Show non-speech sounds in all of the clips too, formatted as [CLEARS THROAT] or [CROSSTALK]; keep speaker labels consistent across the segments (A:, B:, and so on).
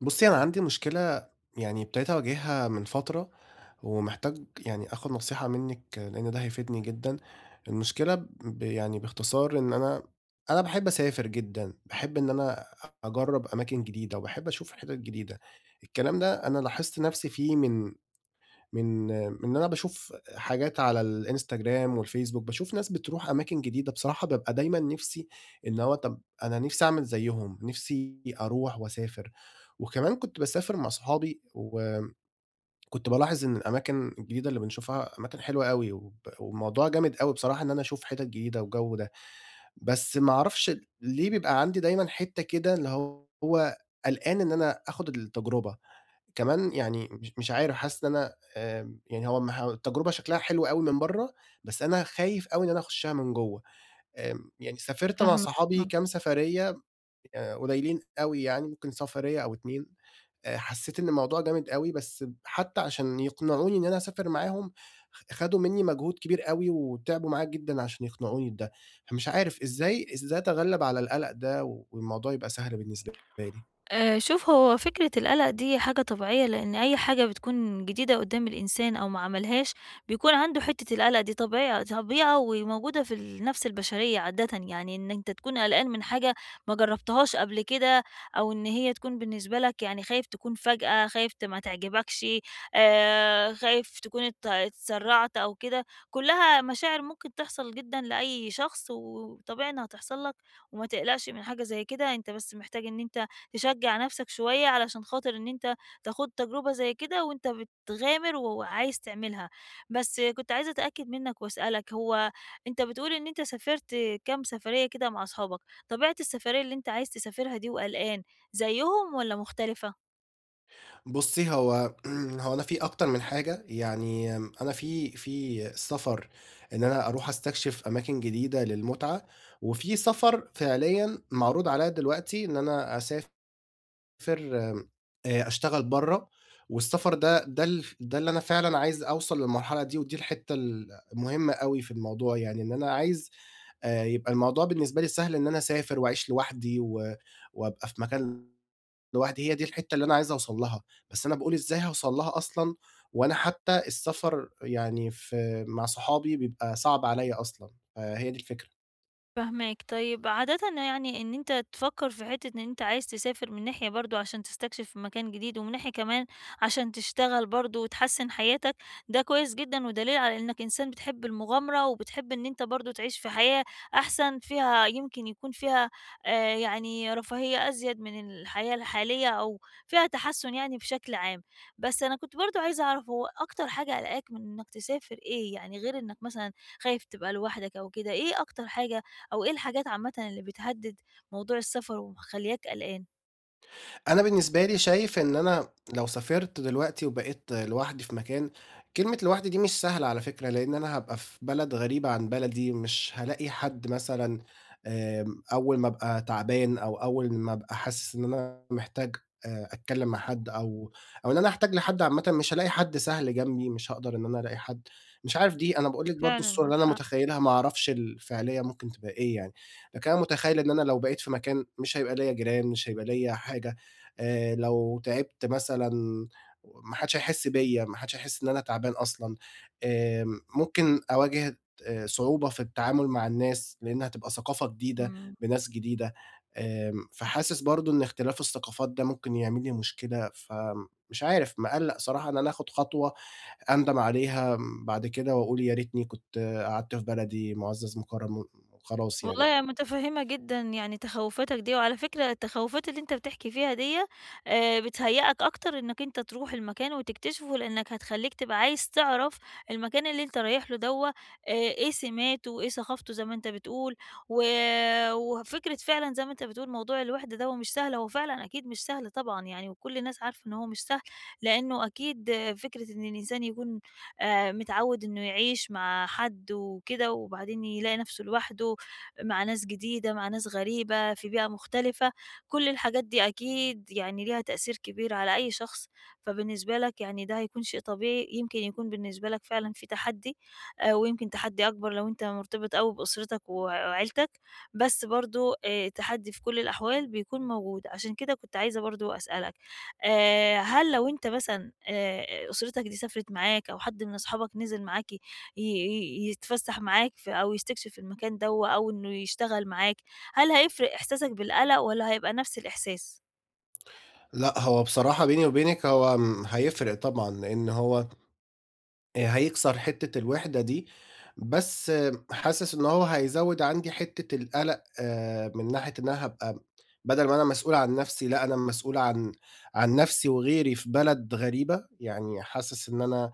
A: بُصّي، أنا عندي مشكلة يعني ابتديت أواجهها من فترة، ومحتاج يعني آخُد نصيحة منِّك لإن ده هيفيدني جدًا. المشكلة يعني باختصار إن أنا باحب أسافر جدًا، باحب إن أنا أجرّب أماكن جديدة وباحب أشوف حتت جديدة. الكلام ده أنا لاحظت نَفْسي فيه من إن أنا باشوف حاجات على الإنستجرام والفيسبوك، باشوف ناس بتروح أماكن جديدة، بصراحة بابقى دايمًا نِفْسي إن هو طَب أنا نِفْسي أعمل زيّهم، نِفْسي أروح وأسافر، وكمان كنت باسافر مع صحابي وكنت بالاحظ إن الأماكن الجديدة اللي بنشوفها أماكن حلوة أوي، والموضوع جامد أوي بصراحة إن أنا أشوف حتت جديدة والجو ده، بس ما أعرفش ليه بيبقى عندي دايمًا حتّة كده اللي هو قلقان إن أنا آخُد التجربة. كمان يعني مش عارف حاسس إن أنا يعني هو ما هو التجربة شكلها حلو أوي من برّه، بس أنا خايف أوي إن أنا أخشها من جوّه. يعني سافرت مع
B: فاهماك،
A: صحابي
B: آه.
A: كام سفرية قليلين أوي يعني ممكن سفرية أو 2. حسيت إن الموضوع جامد أوي، بس حتى عشان يقنعوني إن أنا أسافر معاهم خدوا مني مجهود كبير أوي، وتعبوا معايا جدًا عشان يقنعوني بده، فمش عارف إزاي أتغلب على القلق ده والموضوع يبقى سهل بالنسبة لي؟
B: شوف، هو فكرة القلق دي حاجة طبيعية، لإن أي حاجة بتكون جديدة قدّام الإنسان أو ما عملهاش، بيكون عنده حتّة القلق دي طبيعة وموجودة في النَفْس البشرية عادةً، يعني إن أنت تكون قلقان من حاجة ما جرّبتهاش قبل كده أو إن هي تكون بالنسبة لك يعني خايف تكون فجأة، خايف ما تعجبكش، خايف تكون اتسرّعت أو كده، كُلّها مشاعر ممكن تحصل جدًا لأي شخص وطبيعي إنها تحصل لك وما تقلقش من حاجة زي كده، أنت بس محتاج إن أنت تشجّع نَفْسك شوية علشان خاطر إن أنت تاخُد تجربة زي كده وأنت بتغامر وعايز تعملها. بس كنت عايزة أتأكد منّك وأسألك، هو أنت بتقول إن أنت سافرت كام سفرية كده مع أصحابك، طبيعة السفرية اللي أنت عايز تسافرها دي وقلقان زيّهم والّا مختلفة؟
A: بُصّي، هو [CLEARS THROAT] هو أنا في أكتر من حاجة، يعني أنا في سفر إن أنا أروح أستكشف أماكن جديدة للمتعة، وفي سفر فعليًا معروض عليّا دلوقتي إن أنا أسافر، آمم، أشتغل برّه، والسفر ده اللي أنا فعلًا عايز أوصل للمرحلة دي، ودي الحتّة المهمة أوي في الموضوع يعني، إن أنا عايز يبقى الموضوع بالنسبة لي سهل إن أنا أسافر وأعيش لوحدي وأبقى في مكان لوحدي، هي دي الحتّة اللي أنا عايز أوصل لها، بس أنا باقول إزاي هاوصل لها أصلًا وأنا حتّى السفر يعني مع صحابي بيبقى صعب عليّا أصلًا، فهي دي الفكرة.
B: فاهماك. طيب عادةً يعني إن أنت تفكّر في حتّة إن أنت عايز تسافر من ناحية برضه عشان تستكشف مكان جديد، ومن ناحية كمان عشان تشتغل برضه وتحسّن حياتك، ده كويس جدًا ودليل على إنّك إنسان بتحب المغامرة، وبتحب إن أنت برضه تعيش في حياة أحسن فيها يمكن يكون فيها يعني رفاهية أزيد من الحياة الحالية أو فيها تحسُّن يعني بشكل عام. بس أنا كنت برضه عايزة أعرف هو أكتر حاجة قالقاك من إنّك تسافر إيه؟ يعني غير إنّك مثلًا خايف تبقى لوحدك أو كده، إيه أكتر حاجة أو إيه الحاجات عامةً اللي بتهدِّد موضوع السفر ومخلّياك قلقان؟
A: أنا بالنسبة لي شايف إن أنا لو سافرت دلوقتي وبقيت لوحدي في مكان، كلمة لوحدي دي مش سهلة على فكرة، لإن أنا هابقى في بلد غريبة عن بلدي، مش هالاقي حد مثلًا أول ما أبقى تعبان أو أول ما أبقى حاسس إن أنا محتاج أتكلم مع حد، أو إن أنا أحتاج لحد عامةً، مش هالاقي حد سهل جنبي، مش هاقدر إن أنا ألاقي حد. مش عارف، دي أنا باقول لِك برضه
B: فعلًا
A: الصورة اللي
B: معاك
A: أنا
B: حق،
A: متخيلها، ما أعرفش الفعلية ممكن تبقى إيه يعني، لكن أنا متخيل إن أنا لو بقيت في مكان مش هيبقى ليّا جيران، مش هيبقى ليّا حاجة. لو تعبت مثلًا ما حدش هيحس بيّا، ما حدش هيحس إن أنا تعبان أصلًا. ممكن أواجه صعوبة في التعامل مع الناس، لإن هتبقى ثقافة جديدة
B: إمم.
A: بناس جديدة. فحاسس برضه إن اختلاف الثقافات ده ممكن يعمل لي مشكلة، فمش عارف، مقلّق صراحة إن أنا آخُد خطوة أندم عليها بعد كده وأقول يا ريتني كنت قعدت في بلدي، مُعزّز مُكرّم وخلاص يعني.
B: والله أنا متفهمة جدًا يعني تخوّفاتك دي، وعلى فكرة التخوّفات اللي أنت بتحكي فيها ديّة بتهيّئك أكتر إنك أنت تروح المكان وتكتشفه، لإنك هتخلّيك تبقى عايز تعرف المكان اللي أنت رايح له دوّة إيه سماته وإيه ثقافته زي ما أنت بتقول، و وفكرة فعلًا زي ما أنت بتقول موضوع الوحدة دوّة مش سهل، هو فعلًا أكيد مش سهل طبعًا يعني، وكل الناس عارفة إن هو مش سهل، لإنه أكيد آه، فكرة إن الإنسان يكون متعوّد إنه يعيش مع حد وكده، وبعدين يلاقي نفسه لوحده مع ناس جديدة، مع ناس غريبة، في بيئة مختلفة، كل الحاجات دي أكيد يعني ليها تأثير كبير على أي شخص، فبالنسبة لك يعني ده هيكون شيء طبيعي، يمكن يكون بالنسبة لك فعلًا في تحدي، ويمكن تحدي أكبر لو أنت مرتبط أوي بأسرتك وعيلتك، بس برضه التحدي في كل الأحوال بيكون موجود، عشان كده كنت عايزة برضه أسألك، هل لو أنت مثلًا أسرتك دي سافرت معاك أو حد من أصحابك نزل معاكِ ي ي يتفسّح معاك أو يستكشف المكان دوّة أو إنه يشتغل معاك، هل هيفرق إحساسك بالقلق والّا هيبقى نفس الإحساس؟
A: لأ، هو بصراحة بيني وبينِك هو هيفرق طبعًا، لإن هو هيكسر حتّة الوِحدة دي، بس حاسس إن هو هيزوّد عندي حتّة القَلَق آه، من ناحية إن أنا هابقى بدل ما أنا مسؤول عن نَفْسي، لأ أنا مسؤول عن نَفْسي وغيري في بلد غريبة، يعني حاسس إن أنا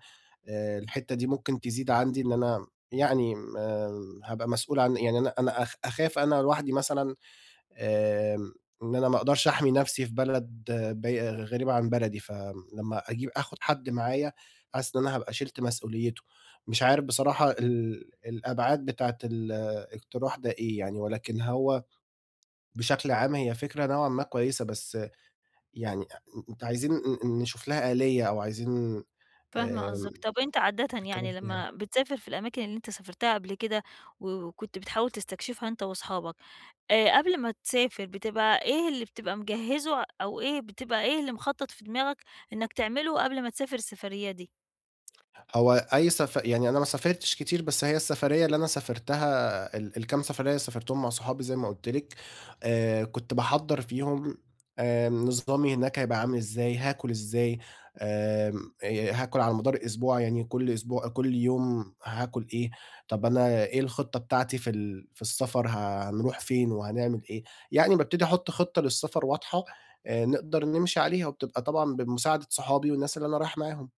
A: الحتّة دي ممكن تزيد عندي إن أنا يعني هابقى مسؤول عن، يعني أنا أخاف أنا لوحدي مثلًا، آمم، إن أنا ما أقدرش أحمي نفسي في بلد آه، بي غريبة عن بلدي، فلمّا آخد حد معايا حاسس إن أنا هابقى شِلت مسؤوليته. مش عارف بصراحة الأبعاد بتاعة الاقتراح ده إيه يعني، ولكن هو بشكل عام هي فكرة نوعًا ما كويسة، بس يعني أنتم عايزين نشوف لها آلية أو عايزين
B: فاهمة قصدك.
A: آمم،
B: طب أنت عادةً يعني
A: نتكلم فيها.
B: لمّا بتسافر في الأماكن اللي أنت سافرتها قبل كده وكنت بتحاول تستكشفها أنت وأصحابك، قبل ما تسافر بتبقى إيه اللي بتبقى مجهّزه أو إيه اللي مخطط في دماغك إنّك تعمله قبل ما تسافر السفرية دي؟
A: هو أي يعني أنا ما سافرتش كتير، بس هي السفرية اللي أنا سافرتها، الكام سفرية سافرتهم مع صحابي زي ما قُلت لِك، كنت باحضّر فيهم نظامي هناك هيبقى عامل إزاي، هاكل إزاي، آمم هاكل على مدار الأسبوع، يعني كل أسبوع كل يوم هاكل إيه، طب أنا إيه الخطة بتاعتي في السفر، هنروح فين وهنعمل إيه، يعني بابتدي أحُط خطة للسفر واضحة نقدر نمشي عليها، وبتبقى طبعًا بمساعدة صحابي والناس اللي أنا رايح معاهم.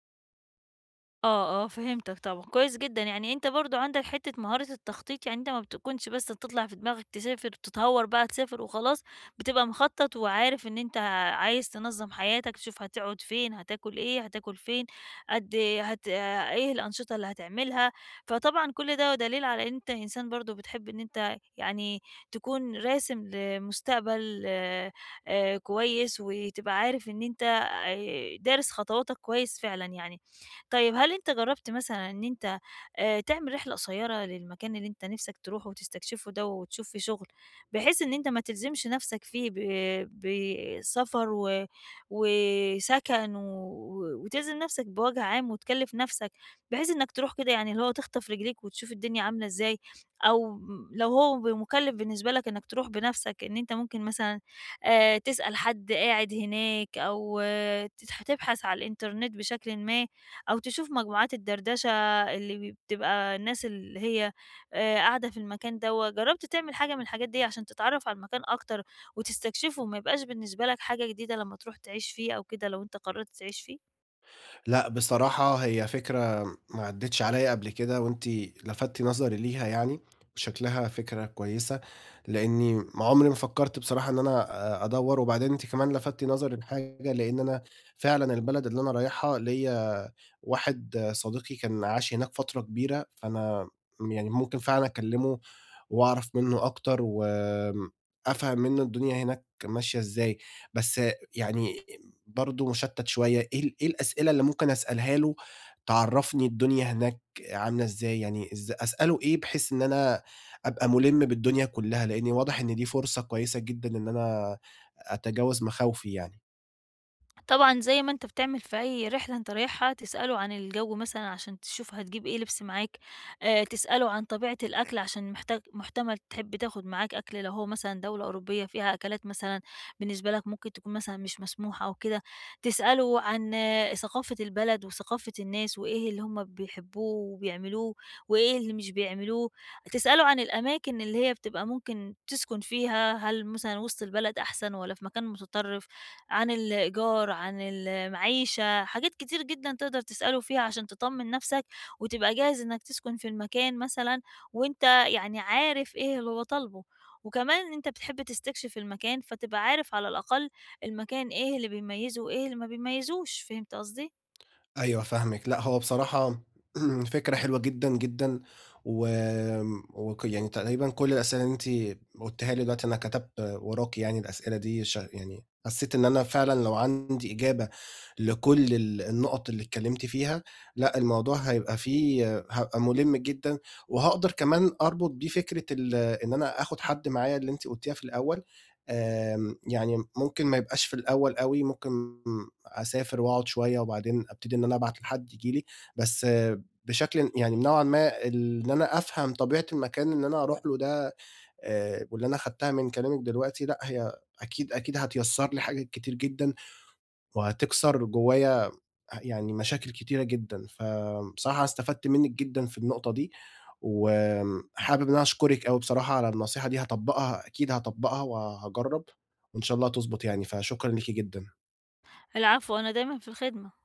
B: آه، آه، فهمتك طبعًا، كويس جدًا، يعني أنت برضه عندك حتّة مهارة التخطيط، يعني أنت ما بتكونش بس تطلع في دماغك تسافر تتهور بقى تسافر وخلاص، بتبقى مخطط وعارف إن أنت عايز تنظّم حياتك، تشوف هتقعد فين، هتاكل إيه، هتاكل فين، قد ايه آه، إيه الأنشطة اللي هتعملها، فطبعًا كل ده دليل على إن أنت إنسان برضه بتحب إن أنت يعني تكون راسم لمستقبل كويس، وتبقى عارف إن أنت دارس خطواتك كويس فعلًا يعني. طيب هل أنت جرّبت مثلًا إن أنت تعمل رحلة قصيّرة للمكان اللي أنت نِفْسك تروحه وتستكشفه ده وتشوف فيه شُغل، بحيث إن أنت ما تلزمش نَفْسك فيه بسفر وسَكَن وتلزم نَفْسك بوَجْه عام وتكلِّف نَفْسك، بحيث إنّك تروح كده يعني اللي هو تخطف رجليك وتشوف الدنيا عاملة إزاي، أو لو هو مُكلِّف بالنسبة لك إنّك تروح بنَفْسك، إن أنت ممكن مثلًا تسأل حد قاعد هناك أو آه، تبحث على الإنترنت بشكلٍ ما أو تشوف مجموعات الدردشة اللي بتبقى الناس اللي هي قاعدة في المكان دوّة، جرّبت تعمل حاجة من الحاجات دي عشان تتعرّف على المكان أكتر وتستكشفه، ما يبقاش بالنسبة لك حاجة جديدة لمّا تروح تعيش فيه أو كده لو أنت قرّرت تعيش فيه؟
A: لأ، بصراحة هي فكرة ما عدِّتش عليّا قبل كده، وأنتِ لفتِّ نظري ليها يعني، وشكلها فكرة كويسة، لإني ما عمري ما فكّرت بصراحة إن أنا أدوّر، وبعدين أنتِ كمان لفتِّ نظري لحاجة، لإن أنا فعلًا البلد اللي أنا رايحها ليّا واحد صديقي كان عاش هناك فترة كبيرة، فأنا يعني ممكن فعلًا أكلّمه وأعرف منّه أكتر، وآمم أفهم منّه الدنيا هناك ماشية إزاي، بس يعني برضه مشتت شوية، إيه الأسئلة اللي ممكن أسألها له تعرّفني الدنيا هناك عاملة إزاي، يعني أسأله إيه بحيث إن أنا أبقى مُلِم بالدنيا كلّها، لإني واضح إن دي فرصة كويسة جدًا إن أنا أتجاوز مخاوفي يعني.
B: طبعًا زي ما أنت بتعمل في أي رحلة أنت رايحها، تسأله عن الجو مثلًا عشان تشوف هتجيب إيه لبس معاك، تسأله عن طبيعة الأكل عشان محتاج محتمل تحب تاخد معاك أكل لو هو مثلًا دولة أوروبية فيها أكلات مثلًا بالنسبة لك ممكن تكون مثلًا مش مسموحة أو كده، تسأله عن آه ثقافة البلد وثقافة الناس وإيه اللي هم بيحبوه وبيعملوه وإيه اللي مش بيعملوه، تسأله عن الأماكن اللي هي بتبقى ممكن تسكن فيها، هل مثلًا وسط البلد أحسن والّا في مكان متطرف؟ عن الإيجار، عن المعيشة، حاجات كتير جدًا تقدر تسأله فيها عشان تطمّن نَفْسك وتبقى جاهز إنّك تسكن في المكان مثلًا وأنت يعني عارف إيه اللي هو طالبه. وكمان أنت بتحب تستكشف المكان، فتبقى عارف على الأقل المكان إيه اللي بيميّزه وإيه اللي ما بيميّزوش، فهمت قصدي؟
A: أيوه فاهمِك. لأ هو بصراحة [CLEARS THROAT] فكرة حلوة جدًا، جدًا، وآمم وك يعني تقريبًا كل الأسئلة اللي أنتِ قُلتيها لي دلوقتي أنا كتبت وراكِ يعني، الأسئلة دي يعني حسيت إن أنا فعلًا لو عندي إجابة لكل النُقط اللي اتكلمتِ فيها، لأ الموضوع هيبقى هابقى مُلِم جدًا، وهاقدر كمان أربط بيه فكرة إن أنا آخد حد معايا اللي أنتِ قُلتيها في الأول. يعني ممكن ما يبقاش في الأول أوي، ممكن أسافر وأقعد شوية وبعدين أبتدي إن أنا أبعت لحد ييجي لي، بس آه، بشكل يعني نوعًا ما إن أنا أفهم طبيعة المكان اللي أنا هاروح له ده، واللي أنا خدتها من كلامِك دلوقتي، لأ، هي أكيد، أكيد هتيسّر لي حاجات كتير جدًا، وهتكسر جوايا يعني مشاكل كتيرة جدًا، فبصراحة أنا استفدت منِّك جدًا في النقطة دي، وحابب إن أنا أشكرِك أوي بصراحة على النصيحة دي. هاطبّقها، أكيد هاطبّقها وهاجرّب، وإن شاء الله تضبط يعني، فشكرًا ليكِ جدًا.
B: العفو، أنا دايمًا في الخدمة.